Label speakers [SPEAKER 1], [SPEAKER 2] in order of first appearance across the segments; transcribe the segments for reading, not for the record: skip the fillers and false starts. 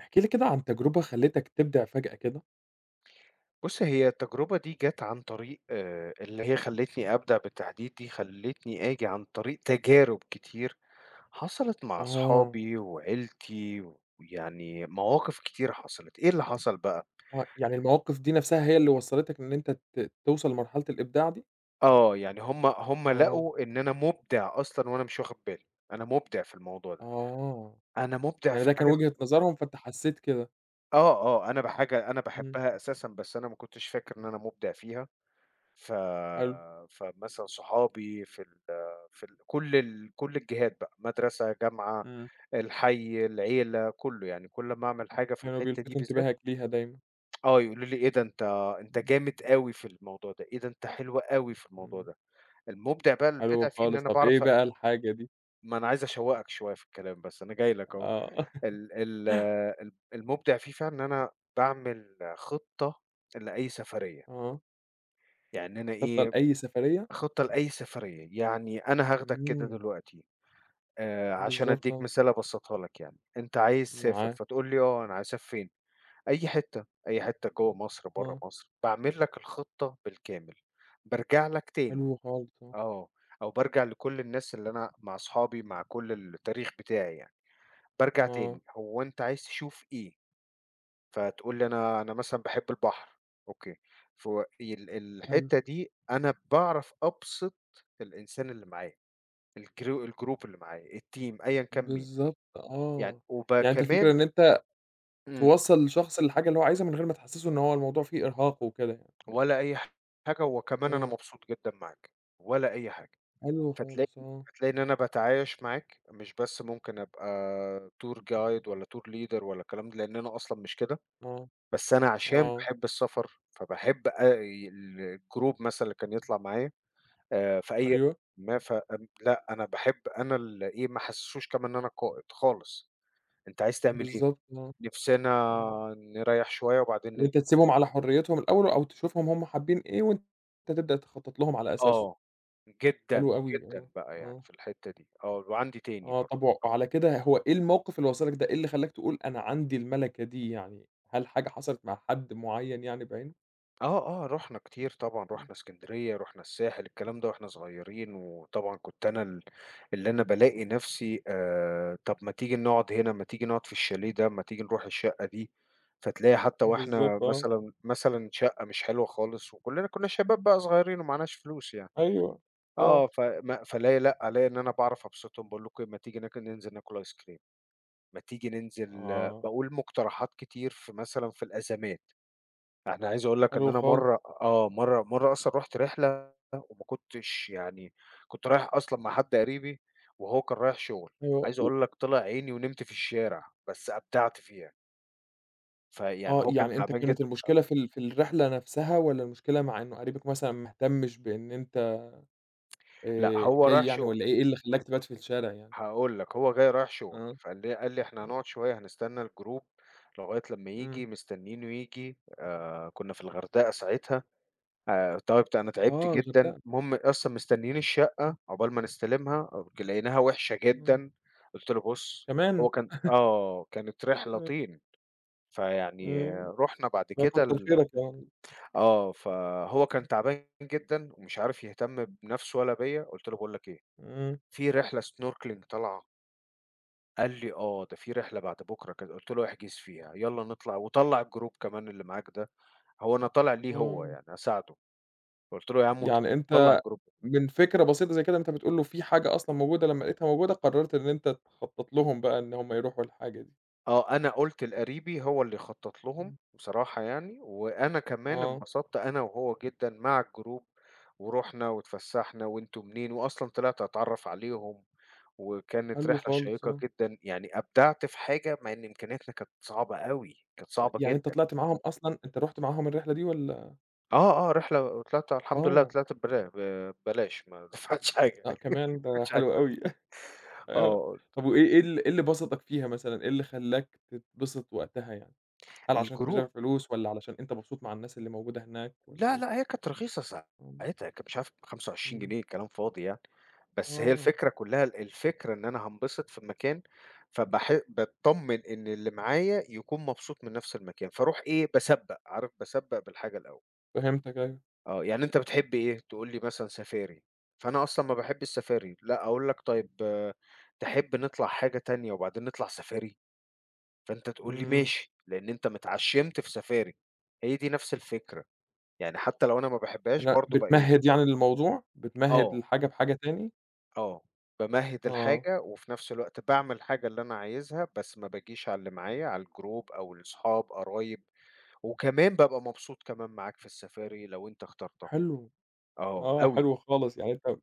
[SPEAKER 1] احكِ لي كده عن تجربة خلّتك تبدع فجأة كده.
[SPEAKER 2] هي التجربة دي جات عن طريق اللي هي خلّتني أبدع بالتحديد دي، خلّتني آجي عن طريق تجارب كتير حصلت مع
[SPEAKER 1] آه،
[SPEAKER 2] أصحابي وعيلتي، ويعني مواقف كتير حصلت. إيه اللي حصل بقى؟
[SPEAKER 1] آه، يعني المواقف دي نفْسها هي اللي وصّلتك إن أنت توصل لمرحلة الإبداع دي؟
[SPEAKER 2] آه، يعني هم
[SPEAKER 1] آه،
[SPEAKER 2] لقوا إن أنا مُبدع أصلًا وأنا مش واخد بالي، أنا مُبدع في الموضوع ده،
[SPEAKER 1] آه،
[SPEAKER 2] أنا مُبدع
[SPEAKER 1] يعني
[SPEAKER 2] في
[SPEAKER 1] ده كان
[SPEAKER 2] حاجة
[SPEAKER 1] وجهة
[SPEAKER 2] اسم
[SPEAKER 1] نظرهم فأنت حسّيت كده.
[SPEAKER 2] آه، آه، أنا بحاجة أنا
[SPEAKER 1] إمم،
[SPEAKER 2] باحبها أساسًا، بس أنا ما كنتش فاكر إن أنا مُبدع فيها. ف
[SPEAKER 1] حلو،
[SPEAKER 2] فمثلًا صحابي في ال كل الجهات بقى، مدرسة، جامعة،
[SPEAKER 1] إمم،
[SPEAKER 2] الحي، العيلة، كله كل أمّا أعمل حاجة في
[SPEAKER 1] كانوا
[SPEAKER 2] الحتّة دي
[SPEAKER 1] بيلفتوا
[SPEAKER 2] بالذات
[SPEAKER 1] انتباهك ليها دايمًا.
[SPEAKER 2] آه، يقولوا لي: "إيه ده أنت
[SPEAKER 1] إمم،
[SPEAKER 2] جامد أوي في الموضوع ده، إيه ده أنت حلو أوي في الموضوع
[SPEAKER 1] إمم،
[SPEAKER 2] ده." المُبدع بقى
[SPEAKER 1] حلو
[SPEAKER 2] البدع فيه إن
[SPEAKER 1] خالص،
[SPEAKER 2] أنا
[SPEAKER 1] طَب إيه
[SPEAKER 2] باعرف أ
[SPEAKER 1] بقى الحاجة دي؟
[SPEAKER 2] ما أنا عايز أشوّقك شوية في الكلام بس، أنا جاي لك أهو.
[SPEAKER 1] آه،
[SPEAKER 2] ال ال الب المُبدع فيه فعلًا إن أنا باعمل خطة لأي سفرية،
[SPEAKER 1] آه،
[SPEAKER 2] يعني أنا
[SPEAKER 1] خطة
[SPEAKER 2] إيه
[SPEAKER 1] لأي سفرية؟
[SPEAKER 2] خطة لأي سفرية، يعني أنا هاخدك كده
[SPEAKER 1] إمم،
[SPEAKER 2] دلوقتي عشان
[SPEAKER 1] بالضبط
[SPEAKER 2] أدّيك
[SPEAKER 1] آه،
[SPEAKER 2] مثال أبسّطها لك يعني، أنت عايز تسافر
[SPEAKER 1] معاك،
[SPEAKER 2] فتقول لي آه، أنا عايز أسافر فين؟ أي حتة، أي حتة جوّه مصر، برّه
[SPEAKER 1] آه،
[SPEAKER 2] مصر، باعمل لك الخطة بالكامل، بارجع لك تاني
[SPEAKER 1] حلو خالص آه،
[SPEAKER 2] آه، أو بارجع لكل الناس اللي أنا مع أصحابي مع كل التاريخ بتاعي يعني، بارجع
[SPEAKER 1] آه،
[SPEAKER 2] تاني هو أنت عايز تشوف إيه؟ فتقول لي أنا مثلًا باحب البحر، أوكي، فو ال
[SPEAKER 1] حلو،
[SPEAKER 2] الحتة دي أنا باعرف أبسط الإنسان اللي معايا. الجروب اللي معايا، الteam أيًا كان مين،
[SPEAKER 1] بالضبط
[SPEAKER 2] يعني
[SPEAKER 1] آه،
[SPEAKER 2] وب
[SPEAKER 1] يعني أنت الفكرة
[SPEAKER 2] كمان
[SPEAKER 1] إن أنت
[SPEAKER 2] إمم،
[SPEAKER 1] توصّل الشخص للحاجة اللي هو عايزها من غير ما تحسّسه إن هو الموضوع فيه إرهاق وكده يعني.
[SPEAKER 2] ولا أي حاجة وكمان أنا
[SPEAKER 1] آه،
[SPEAKER 2] مبسوط جدًا معاك، ولا أي حاجة،
[SPEAKER 1] حلو
[SPEAKER 2] فتلاقي
[SPEAKER 1] خالص آه،
[SPEAKER 2] فتلاقي إن أنا باتعايش معاك، مش بس ممكن أبقى tour guide والّا tour leader والّا الكلام ده، لأن أنا أصلًا مش كده،
[SPEAKER 1] آه،
[SPEAKER 2] بس أنا عشان
[SPEAKER 1] آه،
[SPEAKER 2] باحب السفر، فباحب ال الgroup مثلًا اللي كان يطلع معايا في أي
[SPEAKER 1] أيوه،
[SPEAKER 2] ما ف لأ، أنا باحب أنا ال إيه، ما أحسسوش كمان إن أنا قائد خالص، أنت عايز تعمل إيه؟
[SPEAKER 1] بالضبط آه،
[SPEAKER 2] نِفْسنا
[SPEAKER 1] آه،
[SPEAKER 2] نريّح شوية وبعدين
[SPEAKER 1] إن
[SPEAKER 2] ننزل
[SPEAKER 1] أنت تسيبهم على حريتهم الأول أو تشوفهم هم حابين إيه وأنت تبدأ تخطّط لهم على أساسه،
[SPEAKER 2] آه، جدًا،
[SPEAKER 1] حلو أوي
[SPEAKER 2] جدًا
[SPEAKER 1] آه،
[SPEAKER 2] بقى يعني
[SPEAKER 1] آه،
[SPEAKER 2] في الحتّة دي، آه، وعندي تاني
[SPEAKER 1] آه،
[SPEAKER 2] برضه
[SPEAKER 1] طَب و
[SPEAKER 2] آه.
[SPEAKER 1] وعلى كده هو إيه الموقِف اللي وصّلك ده، إيه اللي خلّاك تقول أنا عندي المَلَكة دي يعني، هل حاجة حصلت مع حد معيّن يعني بعينه؟
[SPEAKER 2] آه، آه، رُحنا كتير طبعًا،
[SPEAKER 1] إمم،
[SPEAKER 2] رُحنا إسكندرية، رُحنا الساحل، الكلام ده وإحنا صغيّرين، وطبعًا كنت أنا ال اللي أنا بالاقي نَفْسي طَب ما تيجي نقعد هنا، ما تيجي نقعد في الشاليه ده، ما تيجي نروح الشقة دي، فتلاقي حتّى وإحنا
[SPEAKER 1] بالضبط آه،
[SPEAKER 2] مثلًا شقة مش حلوة خالص وكُلّنا كُنّا شباب بقى صغيّرين ومعناش فلوس يعني.
[SPEAKER 1] أيوه،
[SPEAKER 2] آه،
[SPEAKER 1] آه،
[SPEAKER 2] فما فالاقي لأ، الاقي إن أنا باعرف أبسطهم، باقول لكم ما تيجي ننزل ناكل آيس كريم، ما تيجي ننزل
[SPEAKER 1] آه،
[SPEAKER 2] باقول مقترحات كتير في مثلًا في الأزمات، أنا عايز أقول لك إن
[SPEAKER 1] حلو
[SPEAKER 2] أنا
[SPEAKER 1] خالص،
[SPEAKER 2] مرّة آه، مرّة أصلًا رُحت رحلة وما كنتش يعني كنت رايح أصلًا مع حد قريبي وهو كان رايح شغل،
[SPEAKER 1] أيوه
[SPEAKER 2] عايز
[SPEAKER 1] و
[SPEAKER 2] أقول لك طلع عيني ونمت في الشارع، بس أبدعت فيها، فيعني
[SPEAKER 1] آه،
[SPEAKER 2] هو كان
[SPEAKER 1] يعني أنت
[SPEAKER 2] تعبان جدًا
[SPEAKER 1] كانت المشكلة في ال في الرحلة نفسها والّا المشكلة مع إنه قريبك مثلًا ما اهتمش بإن أنت
[SPEAKER 2] لأ، هو
[SPEAKER 1] جاي
[SPEAKER 2] رايح
[SPEAKER 1] يعني
[SPEAKER 2] شغل.
[SPEAKER 1] والّا إيه، إيه اللي خلّاك تبات في الشارع يعني؟
[SPEAKER 2] هاقول لك، هو جاي رايح شغل،
[SPEAKER 1] آه،
[SPEAKER 2] فقال لي قال لي: "إحنا
[SPEAKER 1] إمم،
[SPEAKER 2] هنقعد شوية هنستنى الجروب لغاية لمّا
[SPEAKER 1] إمم،
[SPEAKER 2] ييجي." مستنيينه ييجي، كُنّا في الغردقة ساعتها، تعبت
[SPEAKER 1] آه
[SPEAKER 2] جدًا،
[SPEAKER 1] الغردقة،
[SPEAKER 2] المهم أصلًا مستنيين
[SPEAKER 1] آه،
[SPEAKER 2] الشقة عقبال ما نستلمها، لقيناها وِحشة
[SPEAKER 1] آه،
[SPEAKER 2] جدًا، قُلت له: "بُص." هو
[SPEAKER 1] كمان!
[SPEAKER 2] كان آه، كانت رحلة طين، فيعني
[SPEAKER 1] إمم،
[SPEAKER 2] رُحنا بعد
[SPEAKER 1] ده
[SPEAKER 2] كده
[SPEAKER 1] كتّر خيرك يعني،
[SPEAKER 2] آه، فهو كان تعبان جدًا ومش عارف يهتم بنَفْسه ولا بيّا، قُلت له: "باقول لك إيه،
[SPEAKER 1] إمم،
[SPEAKER 2] في رحلة snorkeling طالعة." قال لي: "آه، ده في رحلة بعد بُكرة كذا." قُلت له: "احجز فيها، يالّا نطلع وطلّع الجروب كمان اللي معاك ده." هو أنا طالع
[SPEAKER 1] آه،
[SPEAKER 2] ليه هو
[SPEAKER 1] آه.
[SPEAKER 2] يعني، أساعده. فقُلت له: "يا عم
[SPEAKER 1] يعني
[SPEAKER 2] طلّع
[SPEAKER 1] أنت
[SPEAKER 2] الجروب."
[SPEAKER 1] من فكرة بسيطة زي كده أنت بتقول له في حاجة أصلًا موجودة لمّا لقيتها موجودة قررت إن أنت تخطط لهم بقى إن هم يروحوا الحاجة دي،
[SPEAKER 2] آه، أنا قُلت لقريبي هو اللي يخطّط لهم
[SPEAKER 1] إمم،
[SPEAKER 2] بصراحة يعني، وأنا كمان
[SPEAKER 1] آه،
[SPEAKER 2] انبسطت أنا وهو جدًا مع الجروب، ورُحنا واتفسّحنا وأنتم منين، وأصلًا طلعت أتعرّف عليهم، وكانت
[SPEAKER 1] حلو
[SPEAKER 2] رحلة
[SPEAKER 1] خالص،
[SPEAKER 2] شيّقة
[SPEAKER 1] آه،
[SPEAKER 2] جدًا، يعني أبدعت في حاجة مع إن إمكانياتنا كانت صعبة أوي، كانت صعبة
[SPEAKER 1] يعني أنت
[SPEAKER 2] جدًا.
[SPEAKER 1] طلعت معاهم أصلًا، أنت رُحت معاهم الرحلة دي والّا
[SPEAKER 2] آه، آه، رحلة وطلعت الحمد لله
[SPEAKER 1] آه،
[SPEAKER 2] طلعت ببرا ب ببلاش ما دفعتش حاجة
[SPEAKER 1] لأ
[SPEAKER 2] ما
[SPEAKER 1] كمان ده
[SPEAKER 2] كنتش عايز
[SPEAKER 1] حلو
[SPEAKER 2] أدفع
[SPEAKER 1] أوي آه،
[SPEAKER 2] آه،
[SPEAKER 1] طب وإيه إيه إيه اللي بسطك فيها مثلًا، إيه اللي خلّاك تتبسط وقتها يعني؟ هل عشان أنت مش
[SPEAKER 2] الجروب
[SPEAKER 1] دافع فلوس والّا علشان أنت مبسوط مع الناس اللي موجودة هناك والّا
[SPEAKER 2] لا،
[SPEAKER 1] إيه؟
[SPEAKER 2] لأ، هي كانت رخيصة
[SPEAKER 1] إمم،
[SPEAKER 2] ساعتها كانت مش عارف ب25
[SPEAKER 1] إمم،
[SPEAKER 2] جنيه كلام فاضي يعني، بس هي
[SPEAKER 1] آه،
[SPEAKER 2] الفكرة كلها الفكرة إن أنا هانبسط في المكان، باتطمن إن اللي معايا يكون مبسوط من نفس المكان، فاروح إيه باسبّق، عارف باسبّق بالحاجة الأول،
[SPEAKER 1] فهمتك أيوه،
[SPEAKER 2] آه، يعني أنت بتحب إيه؟ تقول لي مثلًا سفاري، فأنا أصلًا ما باحبش السفاري، لأ، أقول لك طيب آه، تحب نطلع حاجة تانية وبعدين نطلع سفاري؟ فأنت تقول لي
[SPEAKER 1] إمم،
[SPEAKER 2] ماشي، لإن أنت متعشّمت في سفاري، هي دي نفس الفكرة، يعني حتى لو أنا ما باحبهاش
[SPEAKER 1] لأ
[SPEAKER 2] برضه ب إيه
[SPEAKER 1] بتمهِّد يعني للموضوع، بتمهِّد
[SPEAKER 2] آه،
[SPEAKER 1] الحاجة بحاجة تاني؟
[SPEAKER 2] آه، بامهِّد
[SPEAKER 1] آه،
[SPEAKER 2] الحاجة وفي نفس الوقت باعمل الحاجة اللي أنا عايزها، بس ما باجيش على اللي معايا، على الجروب أو الأصحاب، قرايب، وكمان بابقى مبسوط كمان معاك في السفاري لو أنت اخترتها،
[SPEAKER 1] حلو،
[SPEAKER 2] آه
[SPEAKER 1] آه،
[SPEAKER 2] أوي،
[SPEAKER 1] حلو خالص يعني أنت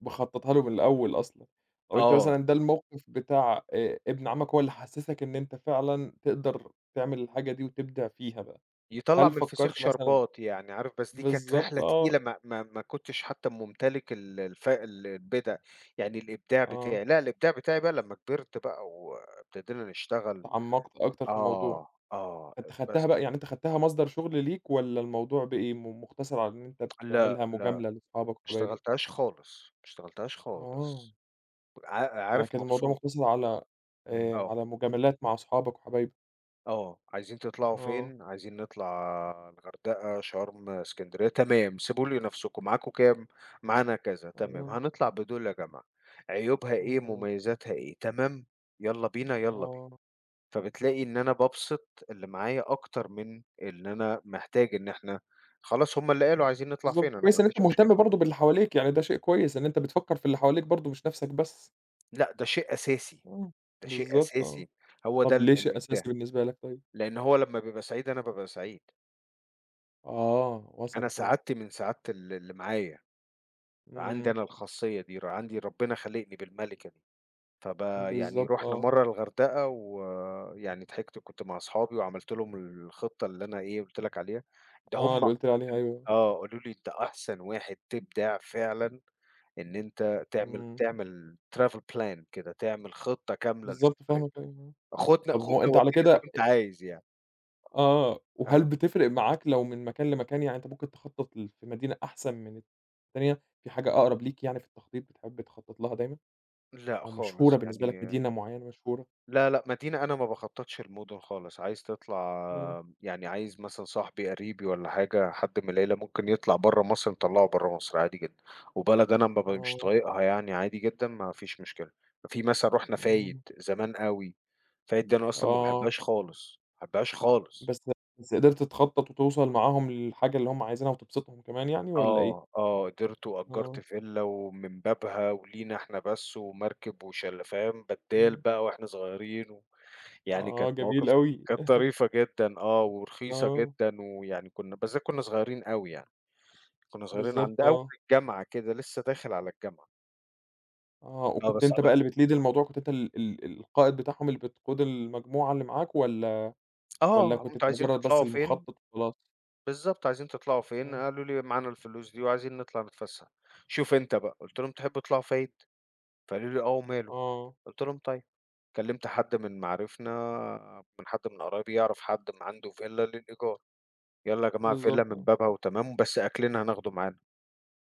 [SPEAKER 1] مخطّطها له من الأول أصلًا، طَب أنت
[SPEAKER 2] آه.
[SPEAKER 1] مثلًا ده الموقف بتاع ابن عمك هو اللي حسّسك إن أنت فعلًا تقدر تعمل الحاجة دي وتبدع فيها بقى،
[SPEAKER 2] يطلّع
[SPEAKER 1] هل
[SPEAKER 2] من الفسيخ
[SPEAKER 1] فكّرت مثلًا
[SPEAKER 2] شربات يعني عارف، بس دي كانت
[SPEAKER 1] بالضبط
[SPEAKER 2] رحلة تقيلة
[SPEAKER 1] آه،
[SPEAKER 2] ما كنتش حتى ممتلك ال الف ال البِدع، يعني الإبداع
[SPEAKER 1] آه،
[SPEAKER 2] بتاعي، لأ الإبداع بتاعي بقى لمّا كبرت بقى وابتدينا نشتغل
[SPEAKER 1] تعمّقت أكتر في الموضوع،
[SPEAKER 2] آه، آه،
[SPEAKER 1] أنت
[SPEAKER 2] بس
[SPEAKER 1] خدتها بقى يعني أنت خدتها مصدر شغل ليك والّا الموضوع بقي إيه، مُقتصر على إن أنت
[SPEAKER 2] لأ،
[SPEAKER 1] بتعملها
[SPEAKER 2] لأ ما
[SPEAKER 1] مجاملة لأصحابك وحبايبك؟
[SPEAKER 2] اشتغلتهاش خالص، ما اشتغلتهاش
[SPEAKER 1] آه،
[SPEAKER 2] خالص،
[SPEAKER 1] يعني
[SPEAKER 2] عارف
[SPEAKER 1] كان الموضوع
[SPEAKER 2] مبسوط،
[SPEAKER 1] مُقتصر على إمم.
[SPEAKER 2] آه.
[SPEAKER 1] على مجاملات مع أصحابك وحبايبك،
[SPEAKER 2] آه، عايزين تطلعوا
[SPEAKER 1] آه،
[SPEAKER 2] فين؟ عايزين نطلع الغردقة، شرم، إسكندرية، تمام، سيبوا لي نفسكم، معاكم كام؟ معانا كذا، تمام،
[SPEAKER 1] آه،
[SPEAKER 2] هنطلع بدول يا جماعة، عيوبها إيه،
[SPEAKER 1] إمم،
[SPEAKER 2] مميزاتها إيه، تمام، يالّا بينا، يالّا بينا،
[SPEAKER 1] آه.
[SPEAKER 2] فبتلاقي إن أنا بابسط اللي معايا أكتر من اللي أنا محتاج إن إحنا خلاص هم اللي قالوا عايزين نطلع
[SPEAKER 1] بالضبط،
[SPEAKER 2] فين، أنا ما
[SPEAKER 1] كويس إن
[SPEAKER 2] عنديش
[SPEAKER 1] أنت
[SPEAKER 2] مشكلة،
[SPEAKER 1] مهتم برضه باللي حواليك، يعني ده شيء كويس إن أنت بتفكّر في اللي حواليك برضه مش نَفْسك بس.
[SPEAKER 2] لأ ده شيء أساسي،
[SPEAKER 1] آه،
[SPEAKER 2] ده شيء
[SPEAKER 1] بالضبط آه.
[SPEAKER 2] أساسي، هو ده
[SPEAKER 1] طَب ليه شيء
[SPEAKER 2] الإبداع،
[SPEAKER 1] أساسي بالنسبة لك طيب؟
[SPEAKER 2] لأن هو لمّا بيبقى سعيد أنا بابقى سعيد،
[SPEAKER 1] آه،
[SPEAKER 2] أنا
[SPEAKER 1] وصلِت أيوه.
[SPEAKER 2] سعادتي من سعادة اللي معايا. عندي
[SPEAKER 1] إمم،
[SPEAKER 2] أنا الخاصية دي، عندي ربنا خالقني بالمَلِكة دي، فب يعني
[SPEAKER 1] بالضبط
[SPEAKER 2] رُحنا
[SPEAKER 1] آه،
[SPEAKER 2] مرّة الغردقة ويعني ضحكت كنت مع أصحابي وعملت لهم الخطة اللي أنا إيه، قُلت لك عليها، ده
[SPEAKER 1] آه
[SPEAKER 2] هم
[SPEAKER 1] اللي قُلت لي عليها أيوه،
[SPEAKER 2] آه، قالوا لي أنت أحسن واحد تبدع فعلًا إن أنت
[SPEAKER 1] إمم،
[SPEAKER 2] تعمل travel plan كده، تعمل خطة كاملة
[SPEAKER 1] بالضبط
[SPEAKER 2] للسفرية،
[SPEAKER 1] فاهمك أيوه، آه.
[SPEAKER 2] خُدنا
[SPEAKER 1] طَب هو
[SPEAKER 2] خُدنا
[SPEAKER 1] أنت على
[SPEAKER 2] ودّينا زي
[SPEAKER 1] كده
[SPEAKER 2] ما أنت عايز يعني،
[SPEAKER 1] آه، وهل
[SPEAKER 2] آه،
[SPEAKER 1] بتفرق معاك لو من مكان لمكان، يعني أنت ممكن تخطّط ل في مدينة أحسن من التانية، في حاجة أقرب ليك يعني في التخطيط بتحب تخطّط لها دايمًا،
[SPEAKER 2] لأ
[SPEAKER 1] أو مشهورة
[SPEAKER 2] خالص
[SPEAKER 1] بالنسبة لك
[SPEAKER 2] يعني
[SPEAKER 1] مدينة معيّنة مشهورة؟
[SPEAKER 2] لا، لأ، مدينة أنا ما باخطّطش لمدن خالص، عايز تطلع
[SPEAKER 1] إمم،
[SPEAKER 2] يعني عايز مثلًا صاحبي، قريبي والّا حاجة، حد من العيلة ممكن يطلع برّه مصر، نطلّعه برّه مصر عادي جدًا، وبلد أنا ما ب مش
[SPEAKER 1] آه،
[SPEAKER 2] طايقها يعني عادي جدًا ما فيش مشكلة. في مثلًا رُحنا فايد
[SPEAKER 1] إمم.
[SPEAKER 2] زمان أوي، فايد دي أنا أصلًا ما
[SPEAKER 1] آه،
[SPEAKER 2] باحبهاش خالص، ما باحبهاش خالص.
[SPEAKER 1] بس بس قدرت تخطّط وتوصل معاهم للحاجة اللي هُم عايزينها وتبسطهم كمان يعني والّا إيه؟
[SPEAKER 2] آه، آه، قدرت وأجرت
[SPEAKER 1] آه،
[SPEAKER 2] فيلا ومن بابها ولينا إحنا بس ومركب وشال فاهم، بدّال
[SPEAKER 1] إمم،
[SPEAKER 2] بقى وإحنا صغيرين و يعني كانت
[SPEAKER 1] آه جميل
[SPEAKER 2] مواقف
[SPEAKER 1] أوي،
[SPEAKER 2] كانت طريفة جدًا آه، ورخيصة
[SPEAKER 1] آه،
[SPEAKER 2] جدًا، ويعني كنا بس ده كنا صغيرين أوي يعني، كنا صغيرين عند
[SPEAKER 1] بالضبط
[SPEAKER 2] أول
[SPEAKER 1] آه،
[SPEAKER 2] الجامعة كده لسه داخل على الجامعة.
[SPEAKER 1] آه،
[SPEAKER 2] آه،
[SPEAKER 1] وكنت
[SPEAKER 2] بس
[SPEAKER 1] أنت بقى
[SPEAKER 2] عملنا
[SPEAKER 1] اللي بتlead الموضوع كنت أنت ال القائد بتاعهم اللي بتقود المجموعة اللي معاك والّا والّا
[SPEAKER 2] آه،
[SPEAKER 1] كنت
[SPEAKER 2] "أنتم
[SPEAKER 1] أنت
[SPEAKER 2] عايزين
[SPEAKER 1] مجرّد
[SPEAKER 2] تطلعوا
[SPEAKER 1] بس
[SPEAKER 2] فين؟"
[SPEAKER 1] المخطط وخلاص؟
[SPEAKER 2] بالضبط، "عايزين تطلعوا فين؟"
[SPEAKER 1] إمم،
[SPEAKER 2] قالوا لي: "معانا الفلوس دي وعايزين نطلع نتفسح." "شوف أنت بقى." قُلت لهم: "تحبوا تطلعوا فايد؟" فقالوا لي: "آه، وماله."
[SPEAKER 1] آه،
[SPEAKER 2] قُلت لهم: "طيب." كلمت حد من معارفنا، من حد من قرايبي يعرف حد عنده فيلا للإيجار، "يالّا يا جماعة فيلا
[SPEAKER 1] بالضبط
[SPEAKER 2] من
[SPEAKER 1] آه،
[SPEAKER 2] بابها وتمام، بس أكلنا هناخده معانا."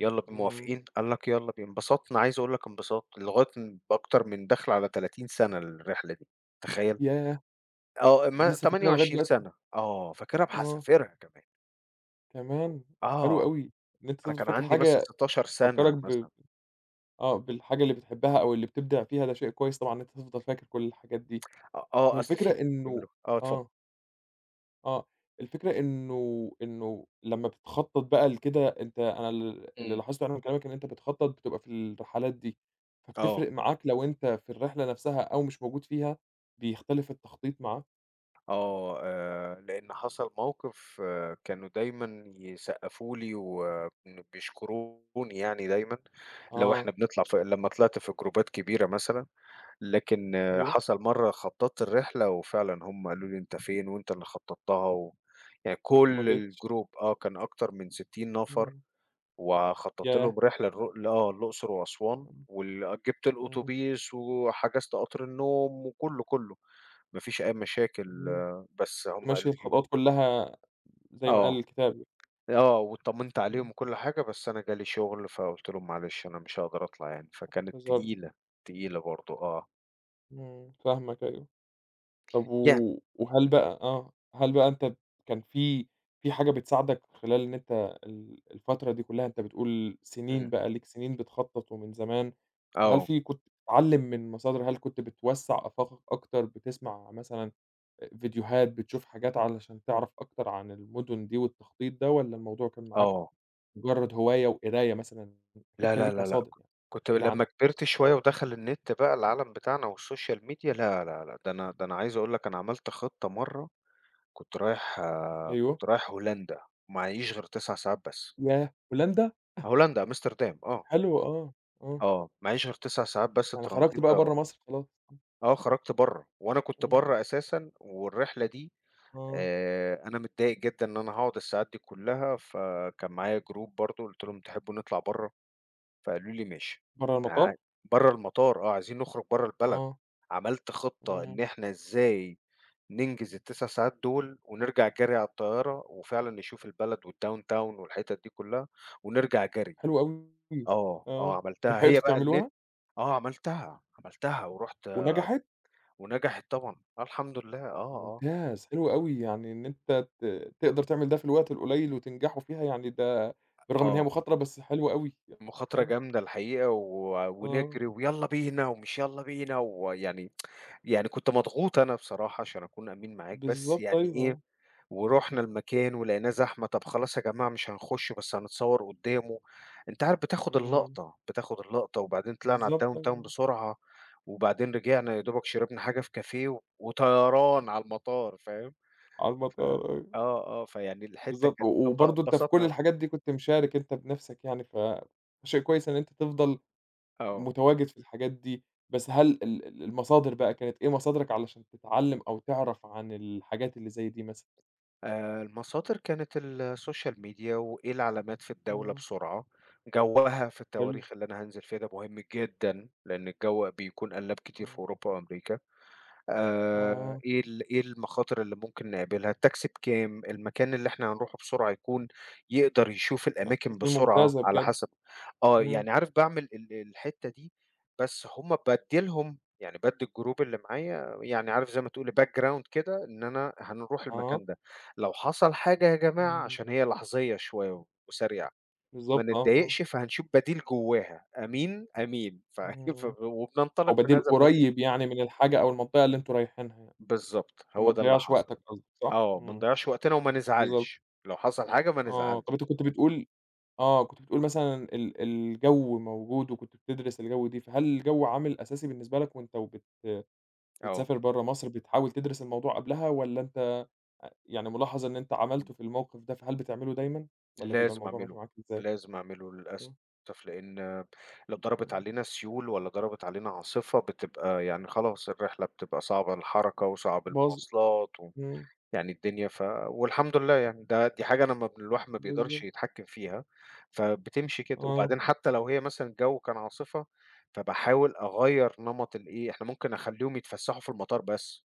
[SPEAKER 2] يالّا بينا
[SPEAKER 1] إمم،
[SPEAKER 2] موافقين؟ قال لك يالّا بينا، انبسطنا عايز أقول لك انبساط لغاية بأكتر من داخلة على 30 سَنة الرحلة دي، تخيّل؟
[SPEAKER 1] ياه!
[SPEAKER 2] آه، ما
[SPEAKER 1] لسه فاكرها لغاية
[SPEAKER 2] 28
[SPEAKER 1] دلوقتي؟
[SPEAKER 2] سَنة، آه، فاكرها
[SPEAKER 1] آه،
[SPEAKER 2] بحذافيرها كمان،
[SPEAKER 1] كمان! حلو
[SPEAKER 2] آه،
[SPEAKER 1] أوي، إن أنت
[SPEAKER 2] أنا
[SPEAKER 1] تفضل
[SPEAKER 2] كان
[SPEAKER 1] فاكر
[SPEAKER 2] عندي مثلًا
[SPEAKER 1] حاجة
[SPEAKER 2] 16 سَنة
[SPEAKER 1] تفكّرك ب
[SPEAKER 2] مثلًا،
[SPEAKER 1] آه، بالحاجة اللي بتحبها أو اللي بتبدع فيها، ده شيء كويس طبعًا إن أنت تفضل فاكر كل الحاجات دي.
[SPEAKER 2] آه،
[SPEAKER 1] هو
[SPEAKER 2] أصل
[SPEAKER 1] الفكرة
[SPEAKER 2] في
[SPEAKER 1] بالضبط. إنه
[SPEAKER 2] بيعملوها آه، اتفضل،
[SPEAKER 1] آه، آه، الفكرة إنه لمّا بتخطّط بقى لكده، أنا اللي
[SPEAKER 2] إمم،
[SPEAKER 1] لاحظته يعني من كلامك إن أنت بتخطّط بتبقى في الرحلات دي،
[SPEAKER 2] آه،
[SPEAKER 1] فبتفرق معاك لو أنت في الرحلة نفسها أو مش موجود فيها، بيختلف التخطيط معاك؟
[SPEAKER 2] آه، لإن حصل موقف آه، كانوا دايمًا يسقّفوا لي وبيشكروني يعني دايمًا لو إحنا
[SPEAKER 1] آه،
[SPEAKER 2] بنطلع ف لمّا طلعت في جروبات كبيرة مثلًا لكن آه،
[SPEAKER 1] أيوه،
[SPEAKER 2] حصل مرّة خطّطت الرحلة وفعلًا هم قالوا لي: "أنت فين وأنت اللي خطّطتها." و يعني
[SPEAKER 1] وما
[SPEAKER 2] كل
[SPEAKER 1] جيتش.
[SPEAKER 2] الgroup آه، كان أكتر من 60 نفر
[SPEAKER 1] إمم،
[SPEAKER 2] وخطّطت
[SPEAKER 1] ياه!
[SPEAKER 2] لهم رحلة الر ل آه، الأقصر وأسوان
[SPEAKER 1] إمم،
[SPEAKER 2] وال جِبت
[SPEAKER 1] إمم،
[SPEAKER 2] الأوتوبيس وحجزت قطر النوم وكُلّه، كُلّه، ما فيش أي مشاكل
[SPEAKER 1] إمم،
[SPEAKER 2] آه، بس هم
[SPEAKER 1] تمشّي
[SPEAKER 2] قالوا لي
[SPEAKER 1] الخطوات كلها زي ما قال
[SPEAKER 2] آه،
[SPEAKER 1] الكتاب.
[SPEAKER 2] آه، واتطمّنت
[SPEAKER 1] إمم،
[SPEAKER 2] عليهم وكل حاجة، بس أنا جالي شغل فقُلت لهم: "معلش أنا مش هاقدر أطلع يعني." فكانت
[SPEAKER 1] انتظرت.
[SPEAKER 2] تقيلة، تقيلة برضه آه.
[SPEAKER 1] إمم، فاهمك أيوه. طب و
[SPEAKER 2] يعني
[SPEAKER 1] وهل بقى آه، هل بقى أنت كان في حاجة بتساعدك خلال إن أنت ال الفترة دي كلّها، أنت بتقول سنين
[SPEAKER 2] إمم،
[SPEAKER 1] بقى ليك سنين بتخطّط ومن زمان، فهل
[SPEAKER 2] آه،
[SPEAKER 1] في كنت بتتعلّم من مصادر، هل كنت بتوسّع آفاقك أكتر، بتسمع مثلًا فيديوهات، بتشوف حاجات علشان تعرف أكتر عن المدن دي والتخطيط ده، والّا الموضوع كان معاك
[SPEAKER 2] آه.
[SPEAKER 1] مجرّد هواية وقراية مثلًا؟ أكيد
[SPEAKER 2] لا،
[SPEAKER 1] كان
[SPEAKER 2] لا،
[SPEAKER 1] ليك
[SPEAKER 2] لا، لأ،
[SPEAKER 1] مصادر يعني،
[SPEAKER 2] كنت كنت
[SPEAKER 1] تحكي لي
[SPEAKER 2] لمّا
[SPEAKER 1] عنها.
[SPEAKER 2] كبرت شوية ودخل النت بقى العالم بتاعنا والسوشيال ميديا، لا، لا، لأ، ده أنا عايز أقول لك أنا عملت خطة مرّة كنت رايح آه،
[SPEAKER 1] أيوه،
[SPEAKER 2] كنت رايح هولندا، ومعييش غير 9 ساعات بس.
[SPEAKER 1] ياه! هولندا!
[SPEAKER 2] هولندا، أمستردام آه،
[SPEAKER 1] حلو، آه، آه.
[SPEAKER 2] آه، معييش غير 9 ساعات بس
[SPEAKER 1] يعني خرجت
[SPEAKER 2] ترانزيت
[SPEAKER 1] بقى
[SPEAKER 2] طيران.
[SPEAKER 1] برّه مصر خلاص،
[SPEAKER 2] آه، خرجت برّه، وأنا كنت
[SPEAKER 1] إمم،
[SPEAKER 2] برّه أساسًا والرحلة دي
[SPEAKER 1] آه،
[SPEAKER 2] أنا متضايق جدًا إن أنا هاقعد الساعات دي كلّها، فكان معايا group برضه قُلت لهم تحبوا نطلع برّه؟ فقالوا لي: "ماشي."
[SPEAKER 1] برّه
[SPEAKER 2] ع
[SPEAKER 1] المطار،
[SPEAKER 2] برّه المطار آه، عايزين نخرج برّه البلد.
[SPEAKER 1] آه،
[SPEAKER 2] عملت خطة
[SPEAKER 1] إمم،
[SPEAKER 2] إن إحنا إزاي ننجز ال9 ساعات دول ونرجع جري على الطيارة وفعلًا نشوف البلد والdown town والحتت دي كلّها ونرجع جري.
[SPEAKER 1] حلو أوي،
[SPEAKER 2] آه، آه
[SPEAKER 1] آه،
[SPEAKER 2] عملتها. هي
[SPEAKER 1] ولحقتوا
[SPEAKER 2] بقى النت
[SPEAKER 1] تعملوها
[SPEAKER 2] آه عملتها، عملتها ورُحت
[SPEAKER 1] ونجحت؟
[SPEAKER 2] ونجحت طبعًا. آه الحمد لله، آه، آه.
[SPEAKER 1] ممتاز، حلو أوي، يعني إن أنت تقدر تعمل ده في الوقت القليل وتنجحوا فيها يعني ده بالرغم إن هي
[SPEAKER 2] آه.
[SPEAKER 1] مخاطرة بس حلوة أوي،
[SPEAKER 2] مخاطرة
[SPEAKER 1] آه،
[SPEAKER 2] جامدة الحقيقة و
[SPEAKER 1] آه،
[SPEAKER 2] ونجري ويالّا بينا ومش يالّا بينا ويعني يعني كنت مضغوط أنا بصراحة عشان أكون أمين معاك، بس
[SPEAKER 1] بالضبط
[SPEAKER 2] يعني
[SPEAKER 1] أيوه،
[SPEAKER 2] إيه،
[SPEAKER 1] آه،
[SPEAKER 2] ورُحنا المكان ولقيناه زحمة، طَب خلاص يا جماعة مش هنخُش بس هنتصوّر قُدّامه، أنت عارف بتاخد
[SPEAKER 1] إمم،
[SPEAKER 2] اللقطة، بتاخد اللقطة وبعدين طلعنا على
[SPEAKER 1] بالضبط
[SPEAKER 2] الdown
[SPEAKER 1] أيوه،
[SPEAKER 2] town
[SPEAKER 1] آه،
[SPEAKER 2] بسرعة، وبعدين رجعنا يا دوبك شربنا حاجة في كافيه وطيران على المطار فاهم؟
[SPEAKER 1] على
[SPEAKER 2] ف
[SPEAKER 1] المطار أيوه،
[SPEAKER 2] آه، آه، فيعني الحتّة
[SPEAKER 1] بالضبط، و
[SPEAKER 2] كان انب
[SPEAKER 1] وبرضه أنت في
[SPEAKER 2] انبسطنا
[SPEAKER 1] كل
[SPEAKER 2] أوي.
[SPEAKER 1] الحاجات دي كنت مشارك أنت بنَفْسك يعني، ف فشيء كويس إن أنت تفضل
[SPEAKER 2] آه.
[SPEAKER 1] متواجد في الحاجات دي، بس هل ال ال المصادر بقى كانت إيه مصادرك علشان تتعلم أو تعرف عن الحاجات اللي زي دي مثلًا؟
[SPEAKER 2] المصادر كانت السوشيال ميديا وإيه العلامات في الدولة
[SPEAKER 1] آه.
[SPEAKER 2] بسرعة، جوّها في
[SPEAKER 1] حلو،
[SPEAKER 2] التواريخ اللي أنا هانزل فيها ده مهم جدًا، لإن الجو بيكون قلّاب كتير في
[SPEAKER 1] آه،
[SPEAKER 2] أوروبا وأمريكا،
[SPEAKER 1] آه،
[SPEAKER 2] إيه المخاطر اللي ممكن نقابلها، التاكسي بكام، المكان اللي إحنا هنروحه بسرعة يكون يقدر يشوف
[SPEAKER 1] لأ
[SPEAKER 2] الأماكن
[SPEAKER 1] تفاصيل
[SPEAKER 2] بسرعة
[SPEAKER 1] ممتازة
[SPEAKER 2] على
[SPEAKER 1] بجد،
[SPEAKER 2] حسب آه،
[SPEAKER 1] إمم،
[SPEAKER 2] يعني عارف باعمل الحتّة دي، بس هُم بادّي لهم يعني بادّي الجروب اللي معايا يعني عارف زي ما تقول background كده إن أنا هنروح
[SPEAKER 1] آه،
[SPEAKER 2] المكان ده، لو حصل حاجة يا جماعة
[SPEAKER 1] إمم،
[SPEAKER 2] عشان هي لحظية شوية وسريعة، ما
[SPEAKER 1] بالضبط آه، آه،
[SPEAKER 2] نتضايقش فهنشوف بديل جواها، أمين، أمين،
[SPEAKER 1] إمم،
[SPEAKER 2] وبننطلق
[SPEAKER 1] أو
[SPEAKER 2] من
[SPEAKER 1] بديل
[SPEAKER 2] هذا المجال.
[SPEAKER 1] قريب يعني من الحاجة أو المنطقة اللي أنتم رايحينها يعني،
[SPEAKER 2] بالضبط،
[SPEAKER 1] عشان
[SPEAKER 2] هو
[SPEAKER 1] ما
[SPEAKER 2] ده اللي
[SPEAKER 1] تضيّعش
[SPEAKER 2] حصل.
[SPEAKER 1] وقتك قصدك صح؟
[SPEAKER 2] آه، ما
[SPEAKER 1] إمم،
[SPEAKER 2] نضيّعش وقتنا وما
[SPEAKER 1] بالضبط،
[SPEAKER 2] نزعلش، لو حصل حاجة ما
[SPEAKER 1] آه،
[SPEAKER 2] نزعلش.
[SPEAKER 1] طب أنت كنت بتقول آه، كنت بتقول مثلًا ال الجو موجود وكنت بتدرس الجو دي، فهل الجو عامل أساسي بالنسبة لك وأنت
[SPEAKER 2] آه.
[SPEAKER 1] بتسافر برّه مصر، بتحاول تدرس الموضوع قبلها والّا أنت يعني ملاحظ إن أنت عملته في الموقف ده، فهل بتعمله دايمًا والّا بيبقى
[SPEAKER 2] لازم
[SPEAKER 1] الموضوع ماشي
[SPEAKER 2] أعمله،
[SPEAKER 1] معاك إزاي؟
[SPEAKER 2] لازم أعمله للأسف،
[SPEAKER 1] إمم،
[SPEAKER 2] لإن لو ضربت
[SPEAKER 1] إمم،
[SPEAKER 2] علينا سيول والّا ضربت علينا عاصفة بتبقى يعني خلاص الرحلة بتبقى صعبة الحركة وصعب
[SPEAKER 1] باظ
[SPEAKER 2] المواصلات و
[SPEAKER 1] إمم،
[SPEAKER 2] يعني الدنيا والحمد لله يعني دي حاجة أنا ما ب الواحد ما بيقدرش
[SPEAKER 1] بالضبط،
[SPEAKER 2] يتحكم فيها، فبتمشي كده،
[SPEAKER 1] آه،
[SPEAKER 2] وبعدين حتى لو هي مثلًا الجو كان عاصفة، فباحاول أغيّر نمط الإيه، إحنا ممكن أخلّيهم يتفسحوا في المطار بس،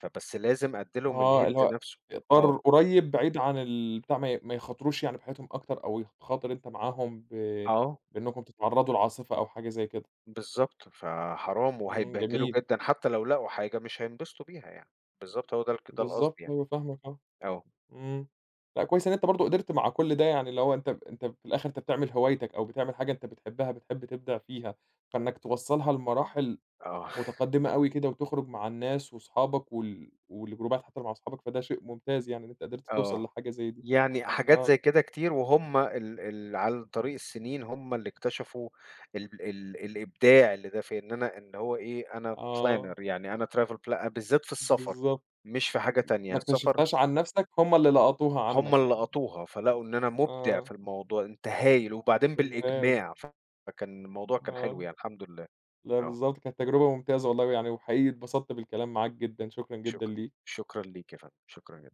[SPEAKER 2] فبس لازم أدّي لهم
[SPEAKER 1] آه، اللي
[SPEAKER 2] الhint
[SPEAKER 1] هو
[SPEAKER 2] نفسه. آه،
[SPEAKER 1] إطار قريب بعيد عن البتاع ما يخاطروش يعني بحياتهم أكتر أو يتخاطر أنت معاهم ب
[SPEAKER 2] آه.
[SPEAKER 1] بإنكم تتعرّضوا لعاصفة أو حاجة زي كده.
[SPEAKER 2] بالضبط، فحرام
[SPEAKER 1] إمم،
[SPEAKER 2] وهيتبهدلوا
[SPEAKER 1] جميل،
[SPEAKER 2] جدًا حتى لو لقوا حاجة مش هينبسطوا بيها يعني، بالضبط هو ده ده
[SPEAKER 1] بالضبط،
[SPEAKER 2] القصد يعني،
[SPEAKER 1] أيوه فاهمك، آه.
[SPEAKER 2] آه،
[SPEAKER 1] إمم. لأ كويس إن أنت برضه قدرت مع كل ده يعني اللي هو أنت أنت في الآخر أنت بتعمل هوايتك أو بتعمل حاجة أنت بتحبها، بتحب تبدع فيها، فإنك توصّلها لمراحل
[SPEAKER 2] آه،
[SPEAKER 1] متقدّمة أوي كده وتخرج مع الناس وأصحابك والجروبات حتى مع أصحابك، فده شيء ممتاز يعني إن أنت قدرت توصل
[SPEAKER 2] آه،
[SPEAKER 1] لحاجة زي دي.
[SPEAKER 2] يعني حاجات
[SPEAKER 1] آه،
[SPEAKER 2] زي كده كتير وهُم ال ال على طريق السنين هُم اللي اكتشفوا ال ال الإبداع اللي ده فيّا، إن أنا إن هو إيه أنا planner
[SPEAKER 1] آه،
[SPEAKER 2] يعني أنا travel pla بالذات في السفر،
[SPEAKER 1] بالضبط.
[SPEAKER 2] مش في حاجة تانية،
[SPEAKER 1] ما
[SPEAKER 2] السفر
[SPEAKER 1] اكتشفتهاش عن نَفْسك، هم اللي لقطوها
[SPEAKER 2] هُم
[SPEAKER 1] عنّك
[SPEAKER 2] اللي
[SPEAKER 1] يعني.
[SPEAKER 2] لقطوها فلقوا إن أنا مبدع في
[SPEAKER 1] آه،
[SPEAKER 2] الموضوع، أنت هايل وبعدين
[SPEAKER 1] ممتاز،
[SPEAKER 2] بالإجماع، فكان الموضوع كان حلو
[SPEAKER 1] آه.
[SPEAKER 2] يعني الحمد لله،
[SPEAKER 1] لأ
[SPEAKER 2] آه.
[SPEAKER 1] بالضبط، كانت تجربة ممتازة والله ويعني وحقيقي اتبسطت بالكلام معاك جدًا، شكرًا جدًا
[SPEAKER 2] شكرًا،
[SPEAKER 1] ليك.
[SPEAKER 2] شكرًا ليكِ يا فندم، شكرًا